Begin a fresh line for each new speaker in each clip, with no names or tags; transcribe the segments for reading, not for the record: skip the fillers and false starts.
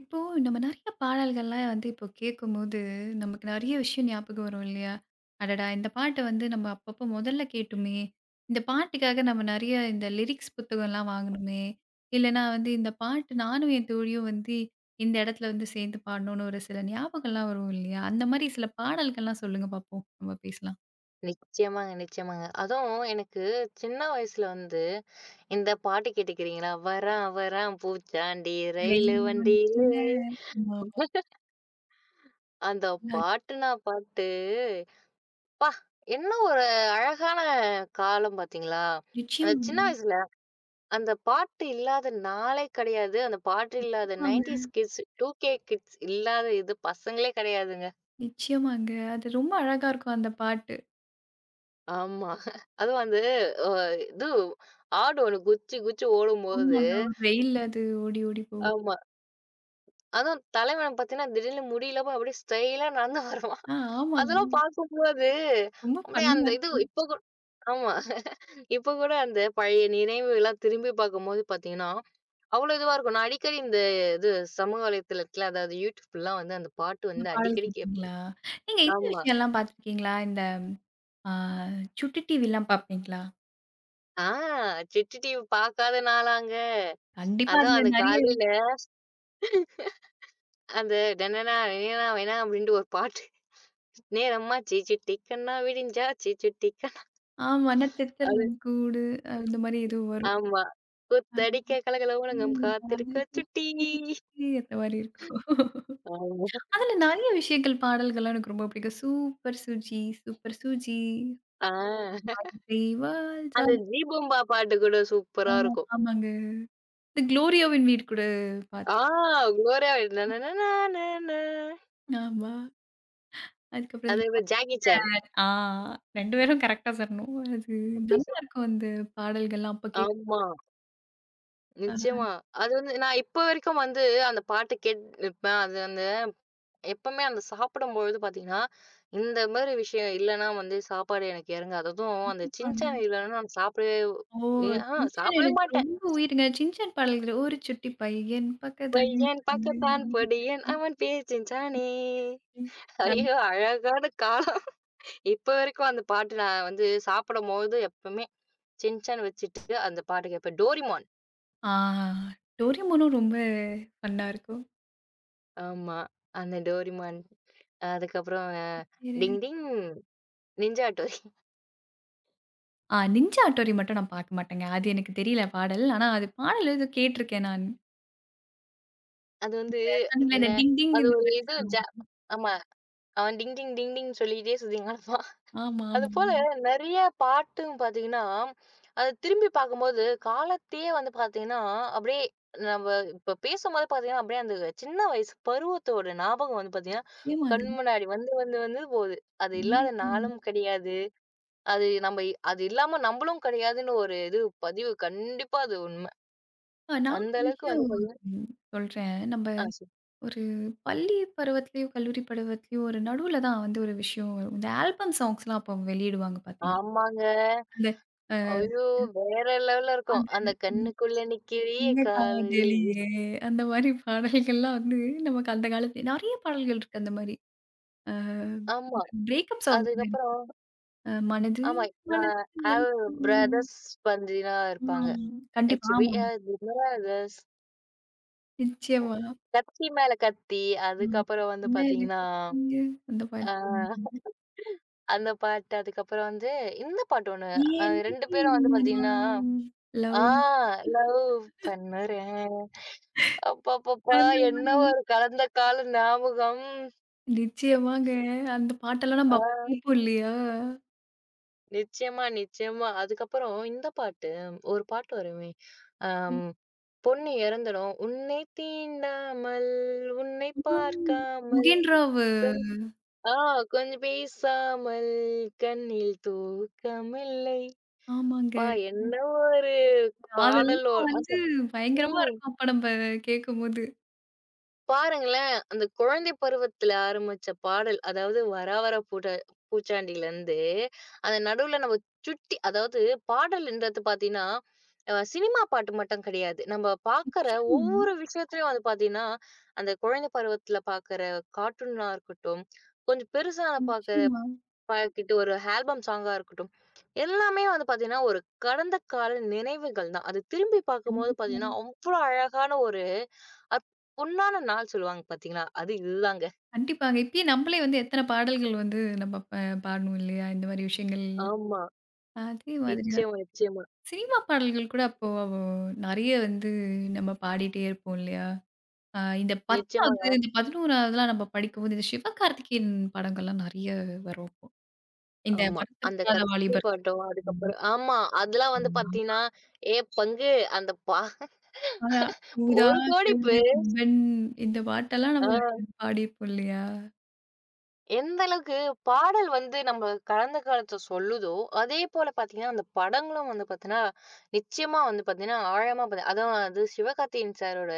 இப்போ நம்ம நெறைய பாடல்கள்லாம் வந்து இப்போ கேட்கும்போது, நமக்கு நெறைய விஷயம் ஞாபகம் வரும் இல்லையா? அடடா! இந்த பாட்ட வந்து நம்ம அப்பப்போ முதல்ல கேட்டோமே! இந்த பாட்டுக்காக நம்ம நெறைய இந்த லிரிக்ஸ் புத்தகம்லாம் வாங்கணுமே! இல்லன்னா வந்து இந்த பாட்டு நானும் என் தோழியும் வந்து இந்த இடத்துல வந்து சேர்ந்து பாடணும்னு ஒரு சில ஞாபகம்லாம் வரும் இல்லையா? அந்த மாரி சில பாடல்கள்லாம் சொல்லுங்க பார்ப்போம். நம்ம பேசலாம்.
நிச்சயமாங்க, நிச்சயமாங்க. அதுவும் எனக்கு சின்ன வயசுல வந்து இந்த பாட்டு கேட்டுக்கிறீங்களா? "வரான் வரான் பூச்சாண்டி ரயிலு
ரெயின்
வண்டியிலே"
வந்தேன்ன ஆமாமா.
அந்த பாட்டுனா பாட்டு, ப்பா! என்ன ஒரு அழகான காலம் பார்த்தீங்களா? அந்த சின்ன
நிச்சயமாங்க.
வயசுல அந்த பாட்டு இல்லாத நாளே கிடையாது. அந்த பாட்டு இல்லாத
கண்டிப்பாங்க.
90ஸ் கிட்ஸ், 2கே கிட்ஸ் இல்லாத இது பசங்களே கிடையாதுங்க.
நிச்சயமாங்க. அது ரொம்ப அழகா இருக்கும் அந்த பாட்டு.
ஆமா. அதுவும் வந்து அ இது ஆடு ஒண்ணு குதிச்சு குதிச்சு ஓடும்போது,
ஆமாங்க. ஒரு ரெயில்ல அது ஓடி ஓடி போகும்.
அதுவும் தலைவன் பார்த்தீங்கன்னா, திடீர்னு முடி இல்லாம அப்படியே ஸ்டைலா நடந்து வருவான்.
ஆ ஆமாங்க.
அதெல்லாம் பார்க்கும்போது,
ரொம்ப
அப்படியே அந்த
ஃபன்னா
இது
இருக்கும்.
இப்ப கூட ஆமா. இப்ப கூட அந்த பழைய நினைவுகள்லாம் திரும்பி பார்க்கும்போது பார்த்தீங்கன்னா, அவ்வளோ இதுவா இருக்கும். நான் அடிக்கடி இந்த இது சமூக வலைத்தளத்தில அதாவது YouTubeலாம் வந்து அந்த பாட்டு
இந்த
வந்து
பாடல்
அடிக்கடி கேட்பேன்.
கேட்பீங்களா? நீங்க இந்த
ஆமா.
விஷயம்லாம் பார்த்துருக்கீங்களா? இந்த ஆ சுட்டி டிவிலாம் பார்ப்பீங்களா?
ஆ, சுட்டி டிவி பார்க்காத நாளாங்க.
கண்டிப்பா
அதான்
அதுல
அந்த
நெறைய
காலையில அந்த டனனா டனனா வேணா அப்படின்ட்டு ஒரு பாட்டு. நேரமாச்சு சுட்டி கண்ணா விடிஞ்சா சுட்டி கண்ணா அது
மனத்தெத்தலின் கூடு இந்த மாரி ஏதோ வரும்.
ஆமா. "கூத்தடிக்க கலகலகோலங்கம்
அந்த
காத்திருக்க சுட்டி."
மாரி இருக்கும்.
ஆமா.
அதுல நெறைய விஷயங்கள் பாடல்கள்லாம் எனக்கு ரொம்ப பிடிக்கும். சூப்பர் சுஜி, சூப்பர் சுஜி,
ஆ.
வார்த்தை வாழ்
அந்த
ஜாலி
ஜீபூம்பா பாட்டு கூட
ஆ
சூப்பரா இருக்கும்.
ஆமாங்க. இந்த குளோரியோவின் வீடு கூட
ஆ,
பார்த்து
"குளோரியா" நனனனானன.
ஆமா. அதுக்கப்புறம் இந்த
அது ஜாக்கி சான்.
டார்லிங் 2 பேரும் கரெக்ட்டா சொல்லணும். அது நல்லாருக்கும் அந்த பாடல்கள்லாம் அப்ப கேக்
ஆமா,
அ
நிச்சயமா. அது வந்து நான் இப்ப வரைக்கும் வந்து அந்த பாட்டு கேட்டுருப்பேன். அது அந்த எப்பவுமே அந்த சாப்பிடும்பொழுது பார்த்தீங்கன்னா, இந்த மாரி விஷயம் இல்லன்னா வந்து சாப்பாடு எனக்கு இறங்காது. அதுவும் அந்த
கண்டிப்பாங்க.
சின்சான் இல்லன்னா நான் சாப்பிடவே
ஓ!
அ ஆஹ
சின்சான்
சாப்பிடவே
எனக்கு
மாட்டேன்.
ரொம்ப உயிருங்க. சின்சான் பாடல்கள் ஒரு சுட்டி பையன் பக்கத்தாடி
பையன் பக்கத்தான் பொடியன் அவன் பேசின்றானே. ஐயோ!
நல்லா
அழகான காலம். இப்ப வரைக்கும் அந்த பாட்டு நான் வந்து சாப்பிடும்போது எப்பவுமே சின்சான் வச்சுட்டு அந்த பாட்டு கேட்பேன். டோரிமான்.
ஆ டோரிமானும் ரொம்ப ஃபன்னா இருக்கும்.
ஆமா. அந்த டோரிமான். அதுக்கப்புறம்
வேற
ding ding ninja Hattori.
Ninja Hattori மட்டும் நான் பார்க்க மாட்டேங்க. அது எனக்கு தெரியல பாடல். ஆனா அது பாடல் ஏதோ கேட்டுருக்கேன் நான்.
அது வந்து
இந்த சொன்னீங்களே
ந
இந்த டிங் டிங்
அது
இந்த
ஒரு
மாரி
இது
சொல்லுவோம்.
ஆமா. அவன் டிங் டிங் டிங் டிங்ன்னு சொல்லிட்டே சுத்திகின்னு கிடப்பான்.
ஆமா, ஆமா.
அதுபோல நெறைய பாட்டும் பாத்தீங்கன்னா, அத திரும்பி பார்க்கும்போது காலத்தையே வந்து பாத்தீங்கன்னா, அப்படியே நம்ம இப்ப பேசும்போது பாத்தீங்கன்னா, அப்படியே அந்த சின்ன வயசு பருவத்தோட ஞாபகம் வந்து பாத்தீங்கன்னா,
நிச்சயமாங்க.
கண் முன்னாடி வந்து வந்து வந்து போகுது. அது இல்லாத
கண்டிப்பாங்க.
நாளும் கிடையாது. அது நம்ம அது இல்லாம நம்மளும் கிடையாதுன்னு ஒரு இது பதிவு. கண்டிப்பா அது உண்ம.
நான்
அந்த
ஒரு
அளவுக்கு
விஷயம்
வந்து பாத்தீங்கன்னா
ம், சொல்றேன். நம்ப
ஆ சொ
ஒரு பள்ளி பருவத்திலயோ, கல்லூரி பருவத்திலயோ ஒரு நடுவுல தான் வந்து ஒரு விஷயம் வரும். இந்த ஆல்பம் சாங்ஸ்லாம் அப்போ வெளியிடுவாங்க பார்த்தீங்களா?
ஆமாங்க.
அந்த அ
ஐயோ! வேற லெவல்ல இருக்கும்.
அந்த
அந்த கண்ணுக்குள்ள நிக்கிறியே
"உங்க
காதலி.
காதலியே" அந்த மாரி பாடல்கள்லாம் வந்து நமக்கு அந்த காலத்துல நெறைய பாடல்கள் இருக்கு அந்த மாரி. அ
ஆமா.
பிரேக்கப் சாங் கூட இருக்கு.
அதுக்கப்புறம்
அ மனது
ஆமா. அ
மனதுக்கு
ஆவ்
வலிக்கும்.
பிரதர்ஸ் பந்தினா இருப்பாங்க.
ஆம். கண்டிப்பா.
ஹெச்பி
ஆமாமா.
பிரதர்ஸ்
நிச்சயமா.
கத்தி மேல கத்தி,
ஆ.
அதுக்கப்புறம் வந்து பார்த்தீங்கன்னா,
மேலுக்கு இங்கு அந்த பாட்டு.
அ அந்த பாட்டு, அதுக்கப்புறம் வந்து இந்த பாட்டு ஒண்ணு.
ஏனே
2 பேரும் வந்து
உந்தனா
பார்த்தீங்கன்னா, ஆ,
லவ்
லவ் பண்ணுறேன். அப்பப்பப்பா!
அந்த
என்ன
பாடல்.
ஒரு கலந்த கால ஞாபகம்.
நிச்சயமாங்க. அந்த பாட்டெல்லாம்
ஆ.
நம்ம அப்ப கேட்போம் இல்லையா?
நிச்சயமா, நிச்சயமா. அதுக்கப்புறம் இந்த பாட்டு, ஒரு பாட்டு வருமே.
ம்.
அம் பொண்ணு இறந்துடும். "உன்னை தீண்டாமல், உன்னை
ஆ
பார்க்காமல்,
முகேன்ராவு.
ஆ கொஞ்சம் பேசாமல், கண்ணில் தூக்கமில்லை."
ஆமாங்க.
அப்பா என்ன ஒரு பாடல்!
அதெல்லாம் வந்து பயங்கரமா இருக்கும் அப்ப நம்ப கேட்கும்போது.
பாருங்களேன், அந்த குழந்தை பருவத்துல ஆரம்பிச்ச பாடல், அதாவது "வரா வர பூச்சாண்டிலருந்து" அந்த நடுவுல நம்ம சுட்டி அதாவது பாடல்ன்றது பார்த்தீங்கன்னா, சினிமா பாட்டு மட்டும் கிடையாது. நம்ம பார்க்குற
நிச்சயமாங்க.
ஒவ்வொரு விஷயத்துலயும் வந்து பார்த்தீங்கன்னா, அந்த குழந்தை பருவத்துல பார்க்குற கார்ட்டூனா இருக்கட்டும், கொஞ்சம் பெருசா பார்க்குற
நிச்சயமா.
பார்க்கிட்டு ஒரு ஆல்பம் சாங்கா இருக்கட்டும், எல்லாமே வந்து பார்த்தீங்கன்னா, ஒரு கடந்த கால நினைவுகள் தான். அது திரும்பி பார்க்கும்போது
கண்டிப்பா.
பார்த்தீங்கன்னா, அவ்ளோ அழகான ஒரு அப் பொன்னான நாள் சொல்லுவாங்க பார்த்தீங்களா? அது இதுதாங்க.
கண்டிப்பாங்க. இப்பயே நம்மளே வந்து எத்தன பாடல்கள் வந்து நம்ம பாடணும் இல்லையா? இந்த மாரி விஷயங்கள்.
ஆமா.
அதே மாதிரி தான்.
நிச்சயமா, நிச்சயமா.
சினிமா பாடல்கள் கூட அப்போ நெறைய வந்து நம்ம பாடிட்டே இருப்போம் இல்லையா? இந்த 10வது,
நிச்சயமாங்க.
இந்த 11வதுலாம் நம்ம படிக்கும்போது, இந்த சிவகார்த்திகேயன் படங்கள்லாம் நெறைய வரும் அப்போ. இந்த
ஆமா. அந்த
வருத்தப்படாத
கத்தி
வாலிபர்
பாட்டும்,
சங்கம்.
அதுக்கப்புறம் ஆமா. அதெல்லாம் வந்து
ஆமா.
பார்த்தீங்கன்னா, "ஏ பங்கு அந்த பா
அதான் "ஊதா
1,00,00,000,000
கதிர்
பேர்"
திபன்" இந்த பாட்டெல்லாம்
ஆ,
நம்ம பாடியிருப்போம் இல்லையா?
எந்த அளவுக்கு பாடல் வந்து நம்ம கடந்த காலத்த சொல்லுதோ, அதே போல பார்த்தீங்கன்னா, அந்த படங்களும் வந்து பார்த்தீங்கன்னா, நிச்சயமா வந்து பார்த்தீங்கன்னா, ஆழமா அதுவும் அது சிவகார்த்திகேயன் சாரோட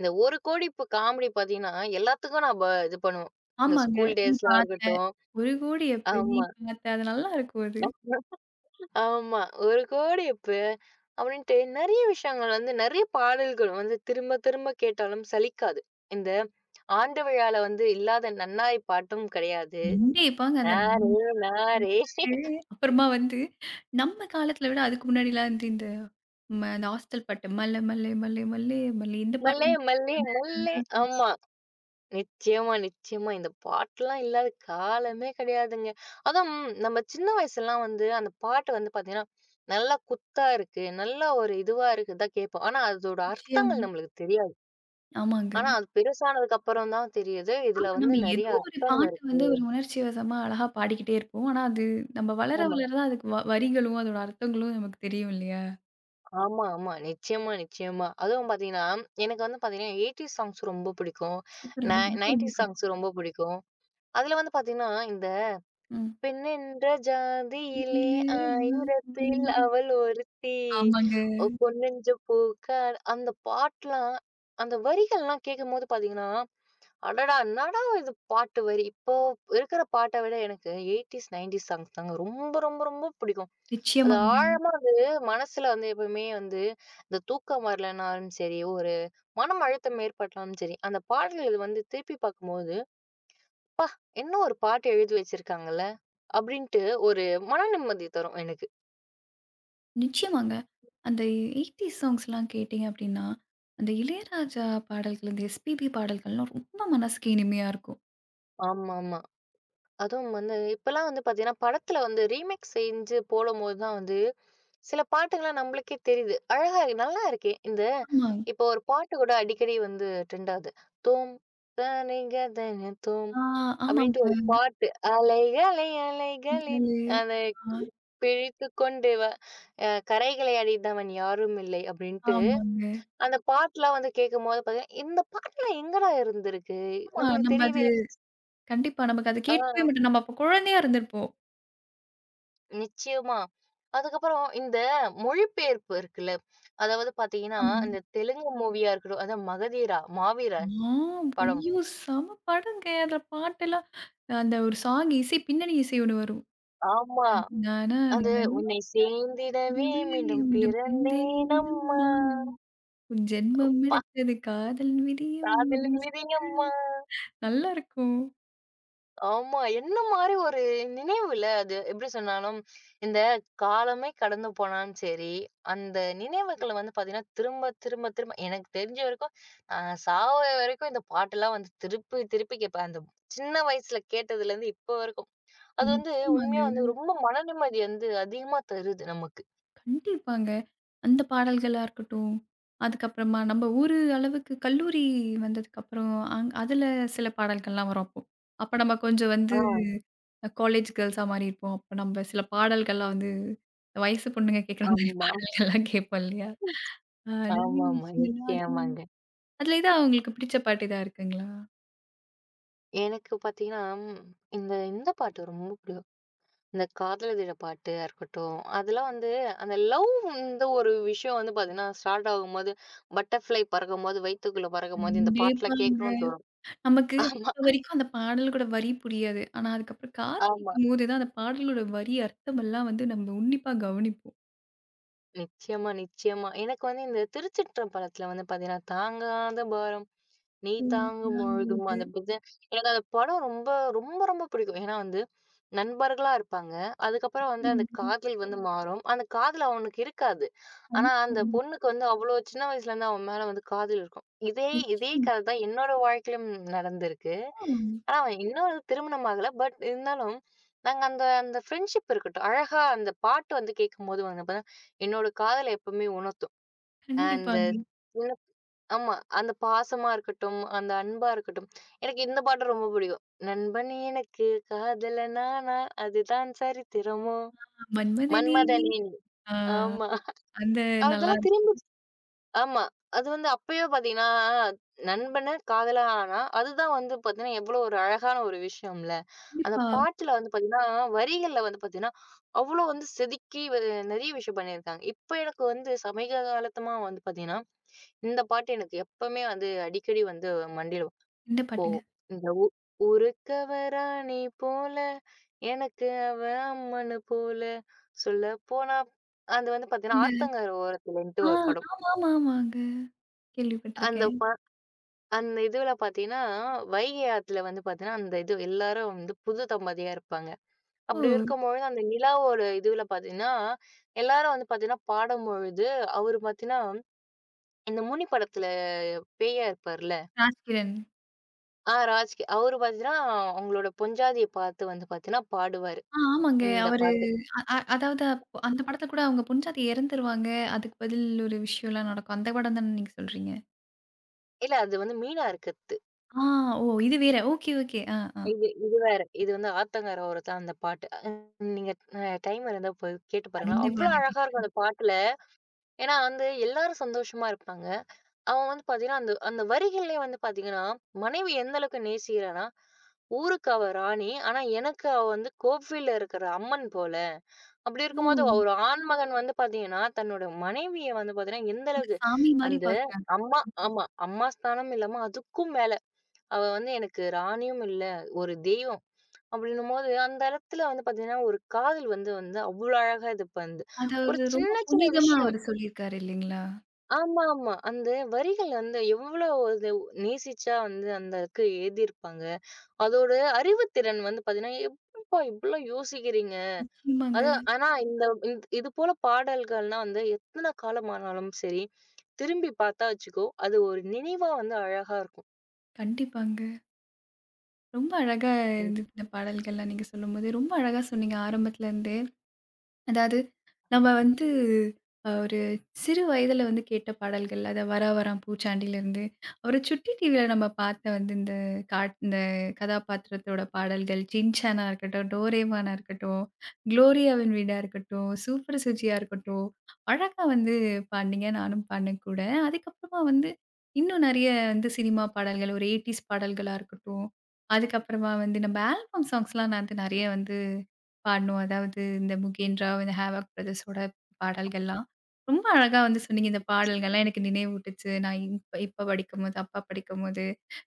இந்த 1,00,00,000,000 இப்ப காமெடி பார்த்தீங்கன்னா, எல்லாத்துக்கும் நம்ப இது பண்ணுவோம். இந்த
ஆமாங்க.
ஸ்கூல்
"நீ
டேஸ்லாம்
பார்த்த
இருக்கட்டும்.
ஒரு கோடி அப்ப நீ
ஆமா.
பார்த்த" அது நல்லாருக்கும் அது.
ஆமா. "ஒரு கோடிப்பு" அப்படின்ட்டு நெறைய விஷயங்கள் வந்து நெறைய பாடல்கள் வந்து திரும்ப திரும்ப கேட்டாலும் சலிக்காது. இந்த ஆண்டு விழால வந்து இல்லாத நன்னாய் பாட்டும் கிடையாது.
கண்டிப்பாங்க அந்த
"நாரே
நம்ம
நாரே
அப்புறமா வந்து நம்ம காலத்துல விட அதுக்கு முன்னாடிலாம் வந்து இந்த இந்த ஹாஸ்டல் பாட்டு "மல்ல மல்லே மல்லே மல்லே மல்லே" இந்த
மல்லே
பாடல்கள்லாம்
மல்லே
வந்து
மல்லே" ஆமா. நிச்சயமா, நிச்சயமா. இந்த பாட்டுலாம் இல்லாத காலமே கிடையாதுங்க. அதுவும் நம்ம சின்ன வயசுலலாம் வந்து அந்த பாட்டு வந்து பார்த்தீங்கன்னா, நல்லா குத்தா இருக்கு, நல்லா ஒரு இதுவா இருக்கு தான் கேட்போம். ஆனா அதோட அர்த்தங்கள்
நிச்சயமா.
நம்மளுக்கு தெரியாது.
ஆமாங்க.
ஆனா, அது பெருசானதுக்கு அப்புறம் தான் தெரியுது. இதுல
ஆமா.
வந்து
நம்ம
நெறைய
ஏதோ ஒரு
அர்த்தம்
பாட்டு
இருக்கு.
வந்து ஒரு உணர்ச்சிவசமா அழகா பாடிக்கிட்டே இருப்போம். ஆனா அது நம்ம வளர
ஆமா,
வளர தான் அதுக்கு வரிகளும், அதோட அர்த்தங்களும் நமக்கு தெரியும் இல்லையா?
ஆமா. நிச்சயமா, நிச்சயமா. அதுவும் பாத்தீங்கன்னா, எனக்கு வந்து பாத்தீங்கன்னா 80ஸ் சாங்ஸ் ரொம்ப பிடிக்கும்.
சூப்பருங்க. எனக்கும் ரொம்ப
90ஸ் சாங்ஸ்
பிடிக்கும்.
ரொம்ப பிடிக்கும். அதுல வந்து பாத்தீங்கன்னா, இந்த
ம்.
பெண்ணென்ற ஜாதியிலே 1000ல் அவள் ஒருத்தி,
ஆமாங்க.
பொன்னெஞ்ச பூக்கார் அந்த பாட்டுலாம் அந்த வரிகள்லாம் கேட்கும்போது பாத்தீங்கன்னா அடடா! என்னடா இது பாட்டு வரி! இப்போ இருக்கிற பாட்ட விட எனக்கு 80ஸ், 90ஸ் சாங்ஸ் தாங்க ரொம்ப, ரொம்ப, ரொம்ப பிடிக்கும். அது
நிச்சயமாங்க.
ஆழமா அது மனசுல வந்து எப்பவுமே வந்து இந்த தூக்கம் வரலனாலும் சரி, ஒரு மனம் அழுத்தம் ஏற்பட்டாலும் சரி, அந்த பாடல்கள் வந்து திருப்பி பார்க்கும்போது, "என்ன ஒரு பாட்டு எழுதி வச்சிருக்காங்கல்ல" அப்படின்ட்டு ஒரு மன நிம்மதி தரும் எனக்கு.
நிச்சயமாங்க. அந்த 80ஸ் சாங்ஸ்லாம் கேட்டீங்க அப்டின்னா, அந்த இளையராஜா பாடல்கள், இந்த எஸ்பிபி பாடல்கள்லாம் ரொம்ப மனசுக்கு இனிமையா இருக்கும்.
ஆமாமா. அதுவும் வந்து இப்பலாம் வந்து பார்த்தீங்கன்னா, படத்துல வந்து ரீமேக் செஞ்சு போடும்போது தான் வந்து, சில பாட்டுங்கலாம் நம்மளுக்கே தெரியுது. அழகா இருக்கு, நல்லா இருக்கே! இந்த
ஆமா.
இப்போ ஒரு பாட்டு கூட அடிக்கடி வந்து ட்ரெண்ட் ஆகுது. "தோம் தானேங்க தானே கதன தோம்"
ஆ
அப்படின்ட்டு ஒரு
ஆமாங்க.
பாட்டு. "அலைகளை அலைகளை
முதலே,
அதை
ஆ,
பிழித்துக் கொண்டு வா கரைகளை அடைந்தவன் யாரும் இல்லை" அப்படின்ட்டு
ஆமாங்க.
அந்த பாட்டுலாம் வந்து கேட்கும்போது பார்த்தீங்கன்னா, இந்த பாட்டுலாம் எங்கடா இருந்திருக்கு?
ஆமா
நம்மளுக்கு
நம்ம
தெரியவே இல்ல.
கண்டிப்பா. நமக்கு அது கேட்டுக்கவே
ஆ.
மாட்டோம். நம்ம அப்ப குழந்தையா இருந்திருப்போம்.
நிச்சயமா. அதுக்கப்புறம் இந்த மொழிபெயர்ப்பு இருக்குல்ல, அதாவது பார்த்தீங்கன்னா,
ஆமாங்க.
இந்த தெலுங்கு மூவியா இருக்கட்டும், அதான் மகதீரா, மாவீரன்
ஆ
படம்.
ஐயோ! செம படங்க. அதுல பாட்டெல்லாம் அந்த ஒரு சாங் இசை பின்னணி இசை ஒண்ணு வரும்.
ஆமா.
நானா
அது உன்னை சேர்ந்திடவே மீண்டும் பிறந்தேனம்மா,
உன் ஜென்மம்
அப்பா
எடுத்தது காதல் விதியும்
காதல் விதியம்மா.
நல்லாருக்கும்.
ஆமா. என்ன மாரி ஒரு நினைவுல அது. எப்படி சொன்னாலும், இந்த காலமே கடந்து போனாலும் சரி, அந்த நினைவுகள வந்து பார்த்தீங்கன்னா, திரும்ப திரும்ப திரும்ப எனக்கு தெரிஞ்ச வரைக்கும், நான் சாவர வரைக்கும் இந்த பாட்டெல்லாம் வந்து திருப்பி திருப்பி கேட்பேன். அந்த சின்ன வயசுல கேட்டதுலேருந்து இப்போ வரைக்கும். அது வந்து
நிச்சயமாங்க.
உண்மையா வந்து ரொம்ப மன நிம்மதி வந்து அதிகமா தருது நமக்கு.
கண்டிப்பாங்க. அந்த பாடல்களா இருக்கட்டும். அதுக்கப்புறமா நம்ம ஊரு அளவுக்கு கல்லூரி வந்ததுக்கப்புறம், அதுல சில பாடல்கள்லாம் வரும் அப்போ. அப்ப நம்ம கொஞ்சம்
ஆ,
வந்து காலேஜ் கேர்ல்ஸா மாறியிருப்போம். அப்ப நம்ம சில பாடல்கள்லாம் வந்து, இந்த வயசு பொண்ணுங்க கேட்குற மாரி
ஆமா.
பாடல்கள்லாம் கேட்போம் இல்லையா? அடவி
ஆமாமா.
விஷயங்களாது
நிச்சயமாங்க.
அதுல எதா உங்களுக்கு பிடிச்ச பாட்டு எதா இருக்குங்களா?
எனக்கு பார்த்தீங்கன்னா, இந்த இந்த பாட்டு ரொம்ப பிடிக்கும். இந்த காதலர் பாட்டா இருக்கட்டும், அதெல்லாம் வந்து அந்த லவ் இந்த ஒரு விஷயம் வந்து பார்த்தீங்கன்னா, ஸ்டார்ட் ஆகும்போது பட்டர்ஃப்ளை பறக்கும்போது, வயித்துக்குள்ள பறக்கும்போது இந்த பாட்டெல்லாம்
அன்பேவாங்க
கேட்கணும்னு தோணும்.
நமக்கு அப்ப
ஆமா,
வரைக்கும் அந்த பாடலோட வரி புரியாது. ஆனா அதுக்கப்புறம்
ஆமா.
காதலிக்கும்போது தான் அந்த பாடலோட வரி அர்த்தமெல்லாம் வந்து நம்ம உன்னிப்பா கவனிப்போம்.
நிச்சயமா, நிச்சயமா. எனக்கு வந்து இந்த திருச்சிற்றம்பலத்தில வந்து பார்த்தீங்கன்னா, தாங்காத பாரம் நீ தாங்கும் முழுதும்
பேசாதது
அந்த புத்தன் எனக்கு அந்த படம் ரொம்ப ரொம்ப ரொம்ப பிடிக்கும். ஏன்னா வந்து, நண்பர்களா இருப்பாங்க. அதுக்கப்புறம் வந்து அந்த
ஒன்று
காதல் வந்து மாறும். அந்த காதல் அவனுக்கு இருக்காது. ஆனா அந்த
கண்புண்
பொண்ணுக்கு வந்து அவ்ளோ சின்ன வயசுல இருந்து அவன் மேல வந்து காதல் இருக்கும். இதே இதே
நிச்சயமா.
கதை தான் என்னோட வாழ்க்கையிலும் நடந்திருக்கு.
ஆமாங்க.
ஆனா அவன் இன்னும் திருமணம் ஆகல. பட் இருந்தாலும் நாங்க அந்த அந்த ஃப்ரெண்ட்ஷிப் இருக்கட்டும். அழகா அந்த பாட்டு வந்து கேட்கும்போது வந்து பார்த்தா, என்னோட காதல எப்பவுமே உணர்த்தும். அந்த
கண்டிப்பாங்க.
எனக்கு ஆமா. அந்த பாசமா இருக்கட்டும், அந்த அன்பா இருக்கட்டும். எனக்கு இந்த பாட்டு ரொம்ப பிடிக்கும். நண்பன் எனக்கு காதலனானால் அதுதான் சரித்திரமோ!
மன்மதனே நீ
மன்மதனே நீ.
ஆ
ஆமா.
அந்த நல்லா
அதெல்லாம்
இருக்கு.
திரும்பி ஆமா. அது வந்து அப்பயே பார்த்தீங்கன்னா, நண்பன காதலா ஆனா, அதுதான் வந்து பார்த்தீங்கன்னா, எவ்வளோ ஒரு அழகான ஒரு விஷயம்ல. அந்த
கண்டிப்பா.
பாட்டுல வந்து பார்த்தீங்கன்னா, வரிகள்ல வந்து பார்த்தீங்கன்னா, அவ்வளோ வந்து செதுக்கி வ நிறைய விஷயம் பண்ணியிருக்காங்க. இப்ப எனக்கு வந்து சமீப காலத்தமா வந்து பார்த்தீங்கன்னா இந்த பாட்டு எனக்கு எப்பவுமே வந்து அடிக்கடி வந்து மண்டியில
என்ன பாட்டுங்க?
போகும். இந்த ஊ "ஊருக்கவ ராணி போல, எனக்கு அவ அம்மனு போல, சொல்லப்போனா" அது வந்து பார்த்தீங்கன்னா,
அந்த
"ஆத்தங்கர ஓரத்துலன்ட்டு"
ஆ,
ஒரு படம்.
ஆமாமா, ஆமாங்க.
அந்த
கேள்விப்பட்டுருக்கேன்.
ப அந்த இதுல பார்த்தீங்கன்னா, வைகை ஆத்துல வந்து பார்த்தீங்கன்னா, அந்த இது எல்லாரும் வந்து புது தம்பதியா இருப்பாங்க.
ஓ!
அப்படி இருக்கும்பொழுது அந்த நிலாவோட இதுல பார்த்தீங்கன்னா, எல்லாரும் வந்து பார்த்தீங்கன்னா பாடும்பொழுது, அவரு பார்த்தீங்கன்னா, இந்த முனி படத்துல பேயா இருப்பார்ல.
ராஜ்கிரண்.
ஆ, ராஜ்கி. அவரு பார்த்தீங்கன்னா, அவங்களோட பொஞ்சாதிய பாத்து வந்து பாத்தீங்கன்னா, பாடுவாரு.
ஆ, ஆமாங்க.
இந்த
அவரு
பாட்டு.
அ அ அதாவது அப்போ அந்த படத்துல கூட அவங்க புஞ்சாதி இறந்துருவாங்க. அதுக்கு பதில் ஒரு விஷயம்லாம் நடக்கும். அந்த படம் தானே நீங்க சொல்றீங்க?
இல்ல அது வந்து மீனா இருக்கிறது.
ஆ, ஓ! இது வேற. Okay, okay. ஆ, ஆ.
இது இது வேற. இது வந்து ஆத்தங்கர ஓரத்தான் அந்த பாட்டு. நீங்க டைம் இருந்தா போய் கேட்டு பாருங்களேன்.
கண்டிப்பா
அவ்ளோ
நான்
அழகா இருக்கும்
கேட்கிறேன்.
அந்த பாட்டுல. ஏன்னா வந்து எல்லாரும் சந்தோஷமா இருப்பாங்க. அவன் வந்து பாத்தீங்கன்னா, அந்த அந்த வரிகள்லயே வந்து பாத்தீங்கன்னா, மனைவி எந்த அளவுக்கு நேசிக்கிறான்னா, ஊருக்கு அவ ராணி. ஆனா எனக்கு அவ வந்து கோவில்ல இருக்கிற அம்மன் போல. அப்படி
ஓ!
இருக்கும்போது, ஒரு ஆண்மகன் வந்து பாத்தீங்கன்னா, தன்னோட மனைவிய வந்து பாத்தீங்கன்னா, எந்த
ஒரு
அளவுக்கு
சாமி மாரி
அந்த
பார்க்குறாங்க.
அம்மா ஆமா. அம்மா ஸ்தானம் இல்லாம அதுக்கும் மேல, அவ வந்து எனக்கு ராணியும் இல்ல, ஒரு தெய்வம். அப்படின்னும்போது, அந்த இடத்துல வந்து பாத்தீங்கன்னா, ஒரு காதல் வந்து வந்து அவ்வளோ அழகா இது பண்ணுது.
அத
ஒரு
அவரு
சின்ன
ரொம்ப
சின்ன
புனிதமா
விஷயம்.
அவரு சொல்லியிருக்காரு இல்லைங்களா?
ஆமா, ஆமா. அந்த வரிகள் வந்து எவ்வளோ இது நேசிச்சா வந்து அந்த இதுக்கு எழுதியிருப்பாங்க. அதோட அறிவுத்திறன் வந்து பாத்தீங்கன்னா, எப்படிப்பா இப்படிலாம் யோசிக்கிறீங்க?
நிச்சயமாங்க.
அதான். ஆனா இந்த இது போல பாடல்கள்லாம் வந்து எத்தன காலமானாலும் சரி, திரும்பி பார்த்தா வச்சுக்கோ, அது ஒரு நினைவா வந்து அழகா இருக்கும்.
கண்டிப்பாங்க. ரொம்ப அழகா
ம்.
இருந்தது இந்த பாடல்கள்லாம் நீங்க சொல்லும்போது. ரொம்ப அழகா சொன்னீங்க ஆரம்பத்துலருந்தே. அதாவது, நம்ம வந்து ஒரு சிறு வயதில வந்து கேட்ட பாடல்கள். அத "வரா வரான் பூச்சாண்டியிலருந்து" ஒரு சுட்டி டிவியில நம்ம பார்த்த வந்து இந்த இந்த கதாபாத்திரத்தோட பாடல்கள், "சின்சானா" இருக்கட்டும், "டோரேமானா" இருக்கட்டும், "குளோரியாவின் வீடா" இருக்கட்டும், "சூப்பர் சுஜியா" இருக்கட்டும், அழகா வந்து பாடுனீங்க. நானும் பாடினேன் கூட. அதுக்கப்புறமா வந்து இன்னும் நெறைய வந்து சினிமா பாடல்கள், ஒரு 80ஸ் பாடல்களா இருக்கட்டும், அதுக்கப்புறமா வந்து நம்ம ஆல்பம் சாங்ஸ்லாம் நான் வந்து நெறைய வந்து பாடணும். அதாவது இந்த முகேந்திரா, இந்த ஹேவாக் பிரதர்ஸோட பாடல்கள்லாம். ரொம்ப அழகா வந்து சொன்னீங்க. இந்த பாடல்கள்லாம் எனக்கு நினைவூட்டுச்சு. நான் இப்ப இப்ப படிக்கும்போது, அப்பா படிக்கும்போது,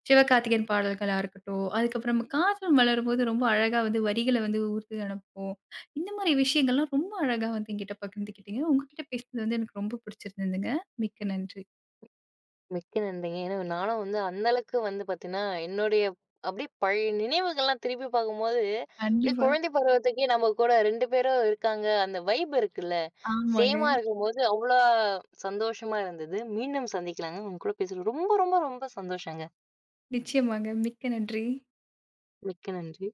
சிவகார்த்திகேயன் பாடல்களா இருக்கட்டும், அதுக்கப்புறம் நம்ம காதல் மலரும்போது ரொம்ப அழகா வந்து வரிகள வந்து ஊர்த்து அனுப்புவோம். இந்த மாரி விஷயங்கள்லாம் ரொம்ப அழகா வந்து என்கிட்ட பகிர்ந்துக்கிட்டீங்க. உங்ககிட்ட பேசினது வந்து எனக்கு ரொம்ப பிடிச்சிருந்ததுங்க. மிக்க நன்றி.
மிக்க நன்றிங்க. ஏன்னா நானும் வந்து அந்த அளவுக்கு வந்து பார்த்தீங்கன்னா, என்னுடைய அப்படியே பழைய நினைவுகள்லாம் திருப்பி பார்க்கும்போது, அப்படியே
கண்டிப்பா.
குழந்தை பருவத்துக்கே நம்ம கூட 2 பேரும் இருக்காங்க. அந்த வைப் இருக்குல்ல.
ஆமாங்க.
சேமா இருக்கும்போது அவ்வளோ சந்தோஷமா இருந்தது. மீண்டும் சந்திக்கலாங்க. உங்க கூட பேசுறது ரொம்ப ரொம்ப ரொம்ப சந்தோஷங்க.
நிச்சயமாங்க. மிக்க நன்றி.
மிக்க நன்றி.